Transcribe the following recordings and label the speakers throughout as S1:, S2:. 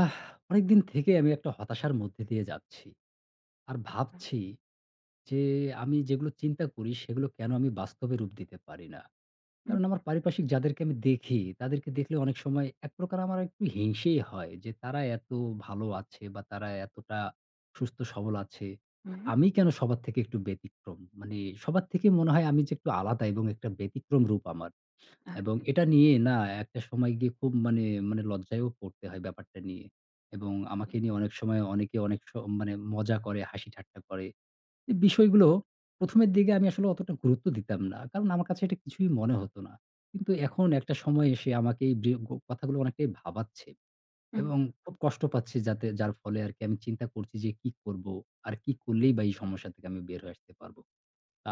S1: আহ অনেকদিন থেকে আমি একটা হতাশার মধ্যে দিয়ে যাচ্ছি। আর
S2: আচ্ছা।
S1: ভাবছি যে আমি যেগুলো চিন্তা করি সেগুলো কেন আমি বাস্তবে রূপ দিতে পারি না। কারণ আমার
S2: হুম,
S1: পারিপার্শ্বিক যাদেরকে আমি দেখি, তাদেরকে দেখলে অনেক সময় এক প্রকার আমার একটু হিংসেই হয় যে তারা এত ভালো আছে বা তারা এতটা সুস্থ সবল আছে।
S2: হুম।
S1: আমি কেন সবার থেকে একটু ব্যতিক্রম? মানে সবার থেকে মনে হয় আমি যে একটু আলাদা এবং একটা ব্যতিক্রম রূপ আমার।
S2: আ
S1: এবং এটা নিয়ে না একটা সময় গিয়ে খুব মানে মানে লজ্জায়ও পড়তে হয় ব্যাপারটা নিয়ে। এবং আমাকে নিয়ে অনেক সময় অনেকে অনেক মানে মজা করে, হাসি ঠাট্টা করে। এই বিষয়গুলো ১ম এর দিকে আমি আসলে অতটা গুরুত্ব দিতাম না। কারণ আমার কাছে এটা কিছুই মনে হতো না। কিন্তু এখন একটা সময় এসে আমাকে এই ব্রি গো কথাগুলো অনেকটাই ভাবাচ্ছে
S2: হুম।
S1: এবং খুব কষ্ট পাচ্ছি যাতে যার ফলে আরকি আমি চিন্তা করছি যে কি করব? আর কি করলেই বা এই সমস্যা থেকে আমি বের হয়ে আসতে পারব?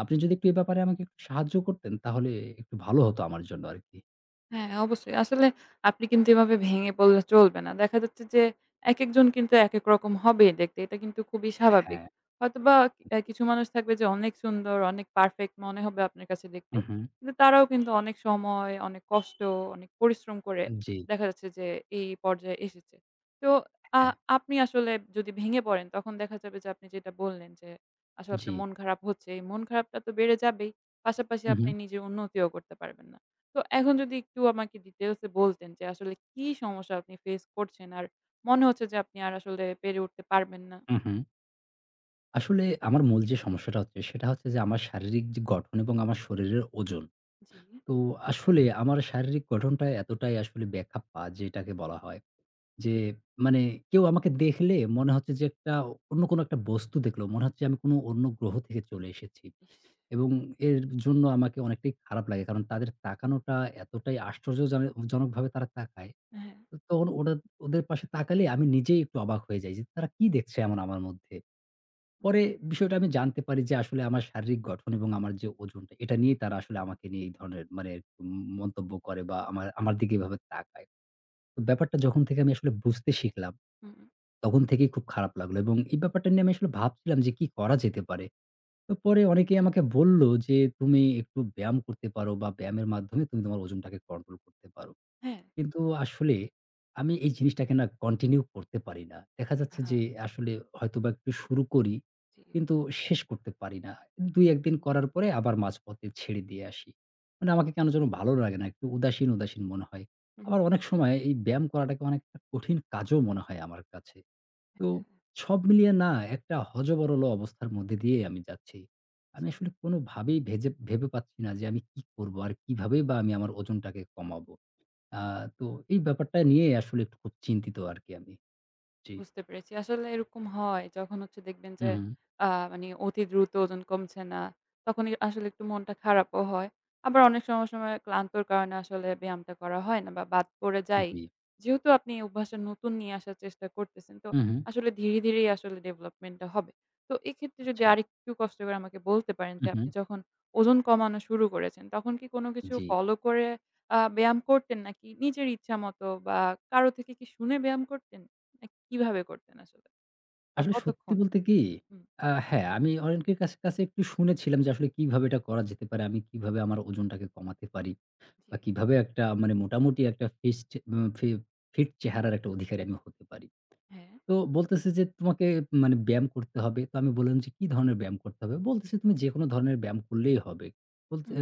S1: আপনি যদি একটু এ ব্যাপারে আমাকে একটু সাহায্য করতেন তাহলে একটু ভালো হতো আমার জন্য আরকি।
S2: হ্যাঁ, অবশ্যই। আসলে আপনি কিন্তু এভাবে ভেঙে পড়লে চলবে না। দেখা যাচ্ছে যে একেকজন কিন্তু একেক রকম হবে দেখতে। এটা কিন্তু খুবই স্বাভাবিক।
S1: হ্যাঁ,
S2: হয়তোবা কিছু মানুষ থাকবে যে অনেক সুন্দর, অনেক পারফেক্ট মনে হবে আপনার কাছে
S1: হু,
S2: দেখতে।
S1: হু।
S2: কিন্তু তারাও কিন্তু অনেক সময়, অনেক কষ্ট, অনেক পরিশ্রম করে
S1: জি,
S2: দেখা যাচ্ছে যে এই পর্যায়ে এসেছে। তো আ
S1: হ্যাঁ,
S2: আপনি আসলে যদি ভেঙে পড়েন তখন দেখা যাবে যে আপনি যেটা বললেন যে আসলে
S1: জি।
S2: আপনার মন খারাপ হচ্ছে। এই মন খারাপটা তো বেড়ে যাবেই। পাশাপাশি
S1: হু, হু,
S2: আপনি নিজের উন্নতিও করতে পারবেন না। তো এখন যদি একটু আমাকে ডিটেইলস এ বলতেন যে আসলে কি সমস্যা আপনি ফেস করছেন? আর মনে হচ্ছে যে আপনি আর আসলে পেরে উঠতে পারবেন না?
S1: হু, হু। আসলে আমার মূল যে সমস্যাটা হচ্ছে সেটা হচ্ছে যে আমার শারীরিক যে গঠন এবং আমার শরীরের ওজন।
S2: জি,
S1: তো আসলে আমার শারীরিক গঠনটা এতটাই আসলে বেখাপ্পা যেটাকে বলা হয়। যে মানে কেউ আমাকে দেখলে মনে হচ্ছে যে একটা অন্য কোনো একটা বস্তু দেখলো। মনে হচ্ছে আমি কোনো অন্য গ্রহ থেকে চলে এসেছি।
S2: ইস!
S1: এবং এর জন্য আমাকে অনেকটাই খারাপ লাগে। কারণ তাদের তাকানোটা এতটাই আশ্চর্যজনক জনকভাবে তারা তাকায়।
S2: হ্যাঁ,
S1: তখন ওরা ওদের পাশে তাকালে আমি নিজেই একটু অবাক হয়ে যাই যে, তারা কি দেখছে এমন আমার মধ্যে? পরে বিষয়টা আমি জানতে পারি যে আসলে আমার শারীরিক গঠন এবং আমার যে ওজনটা, এটা নিয়েই তারা আসলে আমাকে নিয়ে এই ধরনের মানে উম মন্তব্য করে বা আমার আমার দিকে এভাবে তাকায়। তো ব্যাপারটা যখন থেকে আমি আসলে বুঝতে শিখলাম,
S2: হুম,
S1: তখন থেকেই খুব খারাপ লাগলো এবং এই ব্যাপারটা নিয়ে আমি আসলে ভাবছিলাম যে কি করা যেতে পারে? তো পরে অনেকেই আমাকে বলল যে, "তুমি একটু ব্যায়াম করতে পারো বা ব্যায়ামের মাধ্যমে তুমি তোমার ওজনটাকে কন্ট্রোল করতে পারো।"
S2: হ্যাঁ।
S1: কিন্তু আসলে আমি এই জিনিসটাকে না কন্টিনিউ করতে পারি না। দেখা যাচ্ছে
S2: আহা!
S1: যে আসলে হয়তোবা একটু শুরু করি,
S2: জি।
S1: কিন্তু শেষ করতে পারি না। ২-১ দিন
S2: হুম।
S1: করার পরে আবার মাঝপথে ছেড়ে দিয়ে আসি। মানে আমাকে কেন যেন ভালো লাগে না। একটু উদাসীন, উদাসীন মনে হয়।
S2: হুম,
S1: আবার অনেক সময় এই ব্যায়াম করাটাকে অনেকটা কঠিন কাজও মনে হয় আমার কাছে। তো সব মিলিয়ে না একটা হযবরল অবস্থার মধ্যে দিয়ে আমি যাচ্ছি। আমি
S2: হ্যাঁ।
S1: আসলে কোনোভাবেই ভেবে পাচ্ছি না যে আমি কি করব? আর কিভাবেই বা আমি আমার ওজনটাকে কমাবো? আ তো এই ব্যাপারটা নিয়ে আসলে একটু খুব চিন্তিত আরকি আমি। জি।
S2: বুঝতে পেরেছি। আসলে এরকম হয় যখন হচ্ছে দেখবেন
S1: হু,
S2: যে
S1: হুম।
S2: মানে অতি দ্রুত ওজন কমছে না, তখনই আসলে একটু মনটা খারাপও হয়। আবার অনেক সময়, ক্লান্তর কারণে আসলে ব্যায়ামটা করা হয় না বা বাদ পড়ে যাই।
S1: জি।
S2: যেহেতু আপনি এই অভ্যাসটা নতুন নিয়ে আসার চেষ্টা করতেছেন, তো
S1: হু, হুম।
S2: আসলে ধীরে, ধীরেই আসলে ডেভেলপমেন্টটা হবে। তো এক্ষেত্রে যদি
S1: আচ্ছা।
S2: আরেকটু কষ্ট করে আমাকে বলতে পারেন
S1: হু,
S2: যে
S1: হুম।
S2: আপনি যখন ওজন কমানো শুরু করেছেন, তখন কি কোনো কিছু
S1: জি।
S2: ফলো করে ব্যায়াম করতেন নাকি নিজের ইচ্ছা মতো বা কারো থেকে কি শুনে ব্যায়াম করতেন? কিভাবে করতেন আসলে? বা
S1: আসলে সত্যি
S2: কতক্ষণ?
S1: বলতে কি,
S2: হুম।
S1: হ্যাঁ, আমি অনেকের কাছে একটু শুনেছিলাম যে আসলে কিভাবে এটা করা যেতে পারে। আমি কিভাবে আমার ওজনটাকে কমাতে পারি
S2: জি।
S1: বা কিভাবে একটা মানে মোটামুটি একটা ফিস্ট উম ফি ফিট চেহারার একটা অধিকারী আমি হতে পারি।
S2: হ্যাঁ।
S1: তো বলতেছে যে, "তোমাকে মানে ব্যায়াম করতে হবে।" তো আমি বললাম যে, "কি ধরনের ব্যায়াম করতে হবে?" বলতেছে, "তুমি যেকোনো ধরনের ব্যায়াম করলেই হবে।" বলতে
S2: হুম।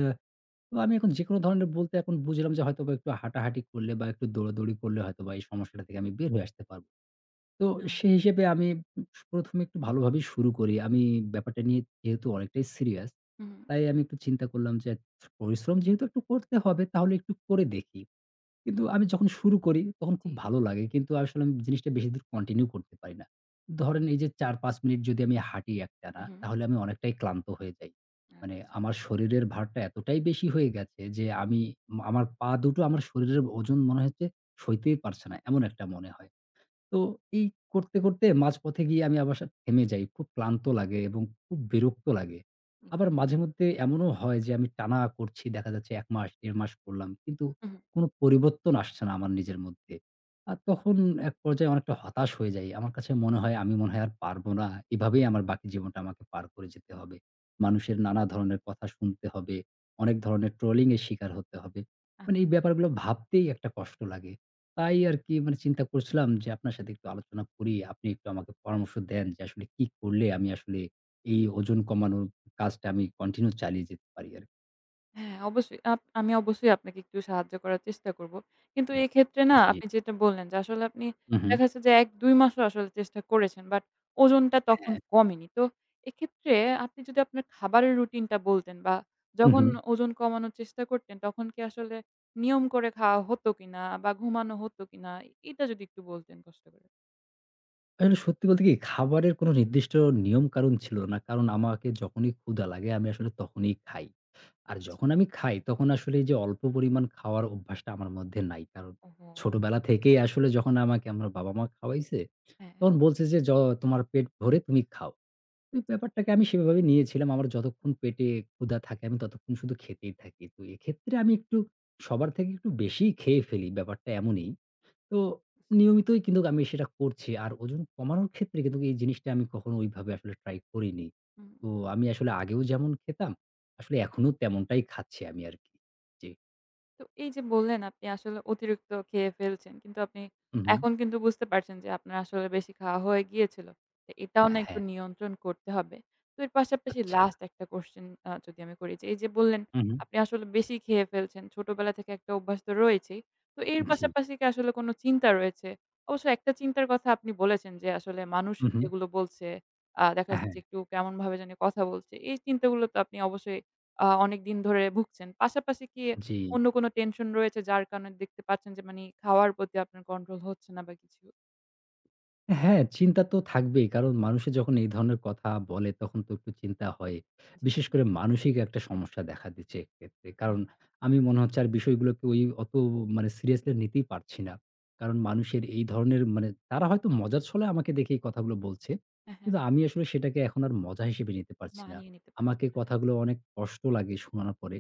S1: তো আমি এখন যেকোনো ধরনের বলতে এখন বুঝলাম যে হয়তোবা একটু হাঁটাহাঁটি করলে বা একটু দৌড়াদৌড়ি করলে হয়তোবা এই সমস্যাটা থেকে আমি বের হয়ে আসতে পারব। তো
S2: না।
S1: সেই হিসেবে
S2: হুম,
S1: আমি উম ১ম এ একটু ভালোভাবেই শুরু করি। আমি ব্যাপারটা নিয়ে যেহেতু অনেকটাই সিরিয়াস,
S2: হুম।
S1: তাই আমি একটু চিন্তা করলাম যে পরিশ্রম যেহেতু একটু করতে হবে তাহলে একটু করে দেখি। কিন্তু আমি যখন শুরু করি তখন খুব
S2: জি।
S1: ভালো লাগে। কিন্তু আসলে আমি জিনিসটা বেশিদূর কন্টিনিউ করতে পারি না। ধরেন এই যে ৪-৫ মিনিট যদি আমি হাঁটি একটানা
S2: উহু।
S1: তাহলে আমি অনেকটাই ক্লান্ত হয়ে যাই।
S2: আচ্ছা।
S1: মানে আমার শরীরের ভারটা এতটাই বেশি হয়ে গেছে যে আমি আমার পা দুটো আমার শরীরের ওজন মনে হচ্ছে সইতেই পারছে না। এমন একটা মনে হয়। তো এই করতে, করতে মাঝপথে গিয়ে আমি আবার থেমে যাই। খুব ক্লান্ত লাগে এবং খুব বিরক্ত লাগে। আবার মাঝে মধ্যে এমনও হয় যে আমি টানা করছি দেখা যাচ্ছে ১ মাস, ১.৫ মাস করলাম। কিন্তু
S2: উহু।
S1: কোনো পরিবর্তন আসছে না আমার নিজের মধ্যে। আর তখন এক পর্যায়ে অনেকটা হতাশ হয়ে যাই। আমার কাছে মনে হয় আমি মনে হয় আর পারব না। এভাবেই আমার বাকি জীবনটা আমাকে পার করে যেতে হবে। মানুষের নানা ধরনের কথা শুনতে হবে, অনেক ধরনের ট্রোলিং এর শিকার হতে হবে। মানে এই ব্যাপারগুলো ভাবতেই একটা কষ্ট লাগে। তাই আরকি মানে চিন্তা করছিলাম যে আপনার সাথে একটু আলোচনা করি। আপনি একটু আমাকে পরামর্শ দেন যে আসলে কি করলে আমি আসলে এই ওজন কমানোর কাজটা আমি কন্টিনিউ চালিয়ে যেতে পারি আরকি।
S2: হ্যাঁ, অবশ্যই। আমি অবশ্যই আপনাকে একটু সাহায্য করার চেষ্টা করব। কিন্তু
S1: হুম।
S2: এক্ষেত্রে না
S1: জি।
S2: আপনি যেটা বললেন যে আসলে আপনি
S1: হু, হু।
S2: দেখা যাচ্ছে যে ১-২ মাসও আসলে চেষ্টা করেছেন। বাট ওজনটা তখন
S1: হ্যাঁ।
S2: কমেনি। তো এক্ষেত্রে আপনি যদি আপনার খাবারের রুটিনটা বলতেন বা
S1: হু,
S2: যখন
S1: হু।
S2: ওজন কমানোর চেষ্টা করতেন তখন কি আসলে নিয়ম করে খাওয়া হতো কিনা বা ঘুমানো হতো কিনা? এটা যদি একটু বলতেন কষ্ট করে।
S1: আসলে সত্যি বলতে কি খাবারের কোনো নির্দিষ্ট নিয়ম কানুন ছিল না। কারণ আমাকে যখনই ক্ষুধা লাগে আমি আসলে তখনই খাই। আর
S2: আচ্ছা।
S1: যখন আমি খাই তখন আসলে এই যে অল্প পরিমাণ খাওয়ার অভ্যাসটা আমার মধ্যে নাই। কারণ
S2: ওহো!
S1: ছোটবেলা থেকেই আসলে যখন আমাকে আমার বাবা-মা খাওয়াইছে,
S2: হ্যাঁ।
S1: তখন বলছে যে তোমার পেট ভরে তুমি খাও।" ওই ব্যাপারটাকে আমি সেভাবে নিয়েছিলাম। আমার যতক্ষণ পেটে ক্ষুধা থাকে আমি ততক্ষণ শুধু খেতেই থাকি। তো এক্ষেত্রে আমি একটু সবার থেকে একটু বেশিই খেয়ে ফেলি, ব্যাপারটা এমনই। তো নিয়মিতই কিন্তু আমি সেটা করছি। আর ওজন কমানোর ক্ষেত্রে কিন্তু এই জিনিসটা আমি কখনো ওইভাবে আসলে ট্রাই করিনি।
S2: হুম।
S1: তো আমি আসলে আগেও যেমন খেতাম, আসলে এখনো তেমনটাই খাচ্ছি আমি আরকি। জি।
S2: তো এই যে বললেন আপনি আসলে অতিরিক্ত খেয়ে ফেলছেন। কিন্তু আপনি
S1: হু, হু।
S2: এখন কিন্তু বুঝতে পারছেন যে আপনার আসলে বেশি খাওয়া হয়ে গিয়েছিল। তো এটাও না
S1: হ্যাঁ,
S2: একটু নিয়ন্ত্রণ করতে হবে। তো এর পাশাপাশি
S1: আচ্ছা।
S2: লাস্ট একটা কোয়েশ্চেন যদি আমি করি যে এই যে বললেন
S1: হু, হু।
S2: আপনি আসলে বেশি খেয়ে ফেলছেন। ছোটবেলা থেকে একটা অভ্যাস তো রয়েছেই। তো এর
S1: জি।
S2: পাশাপাশি কি আসলে কোনো চিন্তা রয়েছে? অবশ্য একটা চিন্তার কথা আপনি বলেছেন যে আসলে মানুষ
S1: হু, হু।
S2: যেগুলো বলছে, দেখা
S1: হ্যাঁ,
S2: যাচ্ছে যে একটু কেমনভাবে জানি কথা বলছে। এই চিন্তাগুলো তো আপনি অবশ্যই অনেকদিন ধরে ভুগছেন। পাশাপাশি কি
S1: জি।
S2: অন্য কোনো টেনশন রয়েছে যার কারণে দেখতে পাচ্ছেন যে মানি খাওয়ার প্রতি আপনার কন্ট্রোল হচ্ছে না বা কিছু।
S1: হ্যাঁ, চিন্তা তো থাকবেই। কারণ মানুষে যখন এই ধরনের কথা বলে তখন তো একটু চিন্তা হয়।
S2: জি।
S1: বিশেষ করে মানসিক একটা সমস্যা দেখা দিচ্ছে এক্ষেত্রে। কারণ আমি মনে হচ্ছে আর বিষয়গুলোকে ওই অত মানে সিরিয়াসলি নিতেই পারছি না। কারণ মানুষের এই ধরনের মানে তারা হয়তো মজার ছলে আমাকে দেখে এই কথাগুলো বলছে।
S2: হ্যাঁ, হ্যাঁ।
S1: কিন্তু আমি আসলে সেটাকে এখন আর মজা হিসেবে নিতে পারছি না।
S2: মানিয়ে নিতে পারছেন।
S1: আমাকে কথাগুলো অনেক কষ্ট লাগে শোনানোর পরে।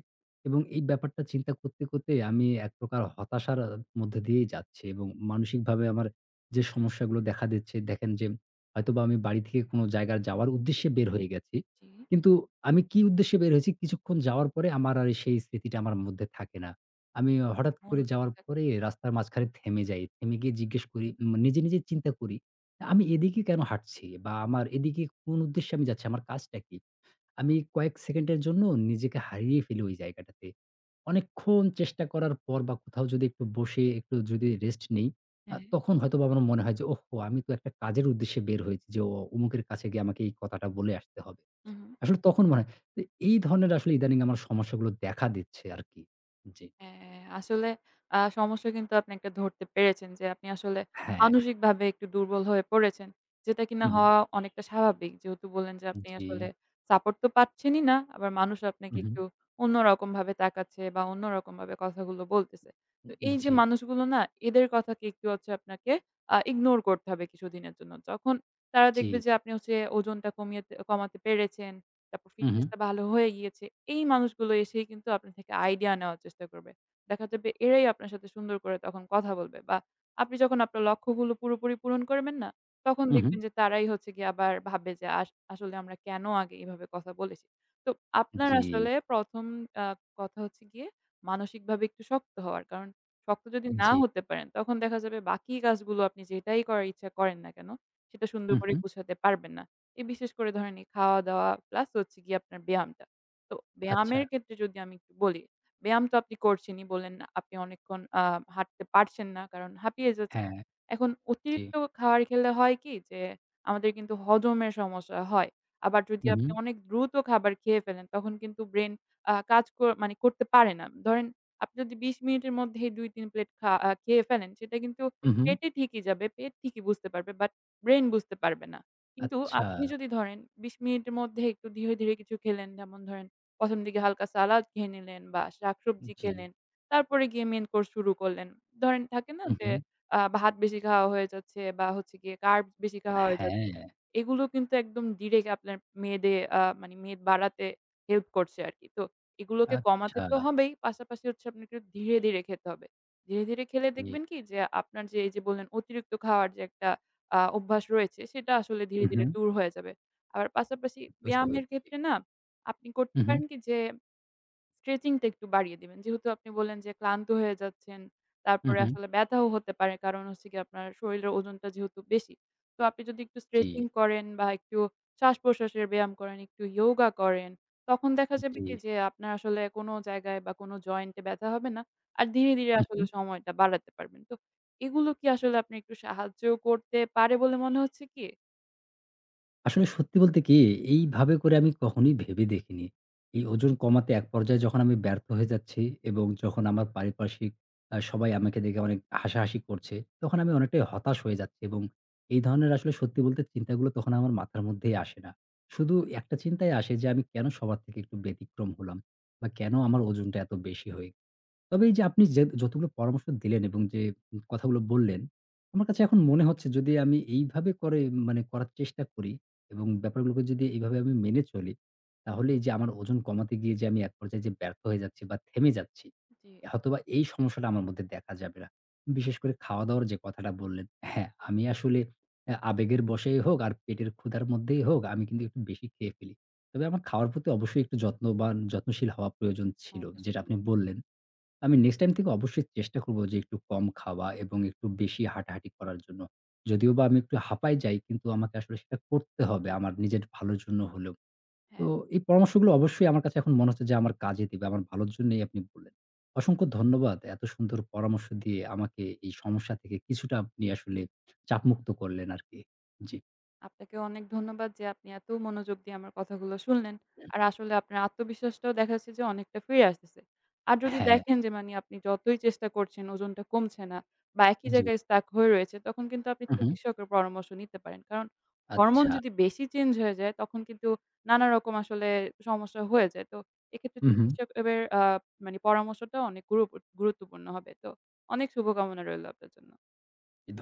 S1: এবং এই ব্যাপারটা চিন্তা করতে, করতে আমি এক প্রকার হতাশার মধ্যে দিয়েই যাচ্ছি এবং মানসিকভাবে আমার যে সমস্যাগুলো দেখা দিচ্ছে দেখেন যে হয়তোবা আমি বাড়ি থেকে কোনো জায়গার যাওয়ার উদ্দেশ্যে বের হয়ে গেছি।
S2: জি।
S1: কিন্তু আমি কি উদ্দেশ্যে বের হয়েছি কিছুক্ষণ যাওয়ার পরে আমার আর সেই স্মৃতিটা আমার মধ্যে থাকে না। আমি হঠাৎ করে
S2: মনোযোগ
S1: যাওয়ার
S2: থাক
S1: পরে রাস্তার মাঝখানে থেমে যাই। থেমে গিয়ে জিজ্ঞেস করি নিজে, নিজে চিন্তা করি আমি এদিকে কেন হাঁটছি বা আমার এদিকে কোন উদ্দেশ্যে আমি যাচ্ছি? আমার কাজটা কি? আমি কয়েক সেকেন্ডের জন্য নিজেকে হারিয়ে ফেলি ওই জায়গাটাতে। অনেকক্ষণ চেষ্টা করার পর বা কোথাও যদি একটু বসে একটু যদি রেস্ট নেই,
S2: হ্যাঁ,
S1: তখন হয়তোবা আমার মনে হয় যে, "ওহহো! আমি তো একটা কাজের উদ্দেশ্যে বের হয়েছি যে, অমুকের কাছে গিয়ে আমাকে এই কথাটা বলে আসতে হবে।"
S2: হু, হু।
S1: আসলে তখন মনে হয় যে, এই ধরনের আসলে ইদানিং আমার সমস্যাগুলো দেখা দিচ্ছে আরকি। জি।
S2: হ্যাঁ, হ্যাঁ। আসলে সমস্যা কিন্তু আপনি একটা ধরতে পেরেছেন যে, আপনি আসলে
S1: হ্যাঁ।
S2: মানসিকভাবে একটু দুর্বল হয়ে পড়েছেন। যেটা
S1: হু,
S2: কিনা
S1: হু।
S2: হওয়া অনেকটা স্বাভাবিক। যেহেতু বললেন যে, আপনি
S1: জি।
S2: আসলে সাপোর্ট তো পাচ্ছেনই না। আবার মানুষ
S1: হু,
S2: আপনাকে
S1: হু।
S2: একটু অন্যরকমভাবে তাকাচ্ছে বা অন্যরকমভাবে কথাগুলো বলতেছে। তো এই যে
S1: জি,
S2: মানুষগুলো না, এদের কথাকে একটু হচ্ছে আপনাকে ইগনোর করতে হবে কিছুদিনের জন্য। যখন তারা
S1: জি।
S2: দেখবে যে, আপনি হচ্ছে ওজনটা কমাতে পেরেছেন, তারপর
S1: হু, হু।
S2: ফিটনেসটা ভালো হয়ে গিয়েছে। এই মানুষগুলো এসেই কিন্তু আপনার থেকে আইডিয়া নেওয়ার চেষ্টা করবে। দেখা যাবে এরাই আপনার সাথে সুন্দর করে তখন কথা বলবে বা আপনি যখন আপনার লক্ষ্যগুলো পুরোপুরি পূরণ করবেন না? তখন
S1: হু, হু।
S2: দেখবেন যে তারাই হচ্ছে গিয়ে আবার ভাববে যে আসলে আমরা কেন আগে এভাবে কথা বলেছি। তো আপনার
S1: জি,
S2: আসলে প্রথম আ কথা হচ্ছে গিয়ে মানসিকভাবে একটু শক্ত হওয়ার। কারণ শক্ত যদি না
S1: জি।
S2: হতে পারেন তখন দেখা যাবে বাকি কাজগুলো আপনি যেটাই করার ইচ্ছা করেন না কেন সেটা
S1: হু,
S2: সুন্দর করে
S1: হু।
S2: গুছাতে পারবেন না। এই বিশেষ করে ধরেন এই খাওয়া-দাওয়া প্লাস হচ্ছে গিয়ে আপনার ব্যায়ামটা। তো
S1: আচ্ছা।
S2: ব্যায়ামের ক্ষেত্রে যদি আমি একটু বলি, ব্যায়াম তো আপনি করছেনই বললেন না আপনি অনেকক্ষণ হাঁটতে পারছেন না কারণ হাঁপিয়ে যাচ্ছেন।
S1: হ্যাঁ।
S2: এখন
S1: জি।
S2: অতিরিক্ত খাবার খেলে হয় কি যে আমাদের কিন্তু হজমের সমস্যা হয়। আবার যদি
S1: হু, হু।
S2: আপনি অনেক দ্রুত খাবার খেয়ে ফেলেন তখন কিন্তু ব্রেন আ কাজ কর মানে করতে পারে না। ধরেন আপনি যদি ২০ মিনিটের মধ্যেই ২-৩ প্লেট খা আ খেয়ে ফেলেন সেটা কিন্তু
S1: হু, হু।
S2: পেটে ঠিকই যাবে, পেট ঠিকই বুঝতে পারবে বাট ব্রেন বুঝতে পারবে না। কিন্তু
S1: আচ্ছা,
S2: আপনি যদি ধরেন ২০ মিনিটের মধ্যে একটু ধীরে, ধীরে কিছু খেলেন, যেমন ধরেন প্রথম দিকে হালকা সালাদ খেয়ে নিলেন বা শাকসবজি
S1: জি।
S2: খেলেন। তারপরে গিয়ে মেইন কোর্স শুরু করলেন। ধরেন থাকে না
S1: হু, হু।
S2: যে ভাত বেশি খাওয়া হয়ে যাচ্ছে বা হচ্ছে গিয়ে কার্বস বেশি খাওয়া হয়ে
S1: হ্যাঁ,
S2: যাচ্ছে। এগুলো কিন্তু একদম ডিরেক্ট আপনার মেদে আ মানে মেদ বাড়াতে হেল্প করছে আরকি। তো এগুলোকে কমাতে
S1: আচ্ছা,
S2: তো হবেই। পাশাপাশি হচ্ছে আপনাকে ধীরে, ধীরে খেতে হবে। ধীরে, ধীরে খেলে
S1: জি।
S2: দেখবেন কি যে আপনার যে এই যে বললেন অতিরিক্ত খাওয়ার যে একটা অভ্যাস রয়েছে সেটা আসলে
S1: হু,
S2: ধীরে,
S1: হু।
S2: ধীরে দূর হয়ে যাবে। আবার পাশাপাশি
S1: বুঝতে
S2: ব্যায়ামের
S1: পেরেছি।
S2: ক্ষেত্রে না আপনি করতে
S1: হু, হু,
S2: পারেন কি যে স্ট্রেচিং টা একটু বাড়িয়ে দিবেন। যেহেতু আপনি বললেন যে ক্লান্ত হয়ে যাচ্ছেন,
S1: হু,
S2: তারপরে
S1: হু।
S2: আসলে ব্যথাও হতে পারে। কারণ হচ্ছে গিয়ে আপনার শরীরের ওজনটা যেহেতু বেশি। তো আপনি যদি একটু
S1: জি,
S2: স্ট্রেচিং করেন বা একটু শ্বাস-প্রশ্বাসের ব্যায়াম করেন, একটু ইয়োগা করেন, তখন দেখা যাবে
S1: জি।
S2: কি যে আপনার আসলে কোনো জায়গায় বা কোনো জয়েন্টে ব্যথা হবে না। আর ধীরে, ধীরে
S1: হু, হু।
S2: আসলে সময়টা বাড়াতে পারবেন। তো এগুলো কি আসলে আপনি একটু সাহায্য করতে পারে বলে মনে হচ্ছে কি?
S1: আসলে সত্যি বলতে কি, এইভাবে করে আমি কখনোই ভেবে দেখিনি। এই ওজন কমাতে এক পর্যায়ে যখন আমি ব্যর্থ হয়ে যাচ্ছি এবং যখন আমার পারিপার্শ্বিক সবাই আমাকে দেখে অনেক হাসাহাসি করছে, তখন আমি অনেকটাই হতাশ হয়ে যাচ্ছি এবং এই ধরনের আসলে সত্যি বলতে চিন্তাগুলো তখন আমার মাথার মধ্যেই আসে না। শুধু একটা চিন্তাই আসে যে আমি কেন সবার থেকে একটু ব্যতিক্রম হলাম বা কেন আমার ওজনটা এত বেশি হয়ে তবে এই যে আপনি যে যতগুলো পরামর্শ দিলেন এবং যে কথাগুলো বললেন, আমার কাছে এখন মনে হচ্ছে যদি আমি এইভাবে করে মানে করার চেষ্টা করি এবং ব্যাপারগুলোকে যদি এইভাবে আমি মেনে চলি, তাহলে এই যে আমার ওজন কমাতে গিয়ে যে আমি এক পর্যায়ে যে ব্যর্থ হয়ে যাচ্ছি বা থেমে যাচ্ছি,
S2: জি,
S1: হয়তোবা এই সমস্যাটা আমার মধ্যে দেখা যাবে না। বিশেষ করে খাওয়া-দাওয়ার যে কথাটা বললেন, হ্যাঁ, আমি আসলে আবেগের বশেই হোক আর পেটের ক্ষুধার মধ্যেই হোক, আমি কিন্তু একটু বেশি খেয়ে ফেলি। তবে আমার খাওয়ার প্রতি অবশ্যই একটু যত্নশীল হওয়া প্রয়োজন ছিল, যেটা আপনি
S2: অবশ্যই।
S1: বললেন। আমি নেক্সট টাইম থেকে অবশ্যই চেষ্টা করব যে একটু কম খাওয়া এবং একটু বেশি হাঁটাহাঁটি করার জন্য। যদিওবা আমি একটু হাঁপায় যাই কিন্তু আমাকে আসলে সেটা করতে হবে আমার নিজের ভালোর জন্য হলেও। তো
S2: হ্যাঁ।
S1: এই পরামর্শগুলো অবশ্যই আমার কাছে এখন মনে হচ্ছে যে আমার কাজে দিবে। আমার ভালোর জন্যই আপনি বললেন। অসংখ্য ধন্যবাদ। এত সুন্দর পরামর্শ দিয়ে আমাকে এই সমস্যা থেকে কিছুটা আপনি আসলে চাপমুক্ত করলেন আরকি। জি।
S2: আপনাকে অনেক ধন্যবাদ যে আপনি এত মনোযোগ দিয়ে আমার কথাগুলো শুনলেন। আর আসলে আপনার আত্মবিশ্বাসটাও দেখা যাচ্ছে যে অনেকটা ফিরে আসতেছে। আর যদি
S1: হ্যাঁ,
S2: দেখেন যে মানে আপনি যতই চেষ্টা করছেন ওজনটা কমছে না বা একই
S1: জি।
S2: জায়গায় stuck হয়ে রয়েছে তখন কিন্তু আপনি
S1: হু, হু।
S2: চিকিৎসকের পরামর্শ নিতে পারেন। কারণ হরমোন
S1: আচ্ছা।
S2: যদি বেশি চেঞ্জ হয়ে যায় তখন কিন্তু নানা রকম আসলে সমস্যা হয়ে যায়। তো এক্ষেত্রে
S1: হু, হু।
S2: চিকিৎসক এর আ মানে পরামর্শটা অনেক গুরুত্বপূর্ণ হবে। তো অনেক শুভকামনা রইল আপনার জন্য।
S1: ধন্য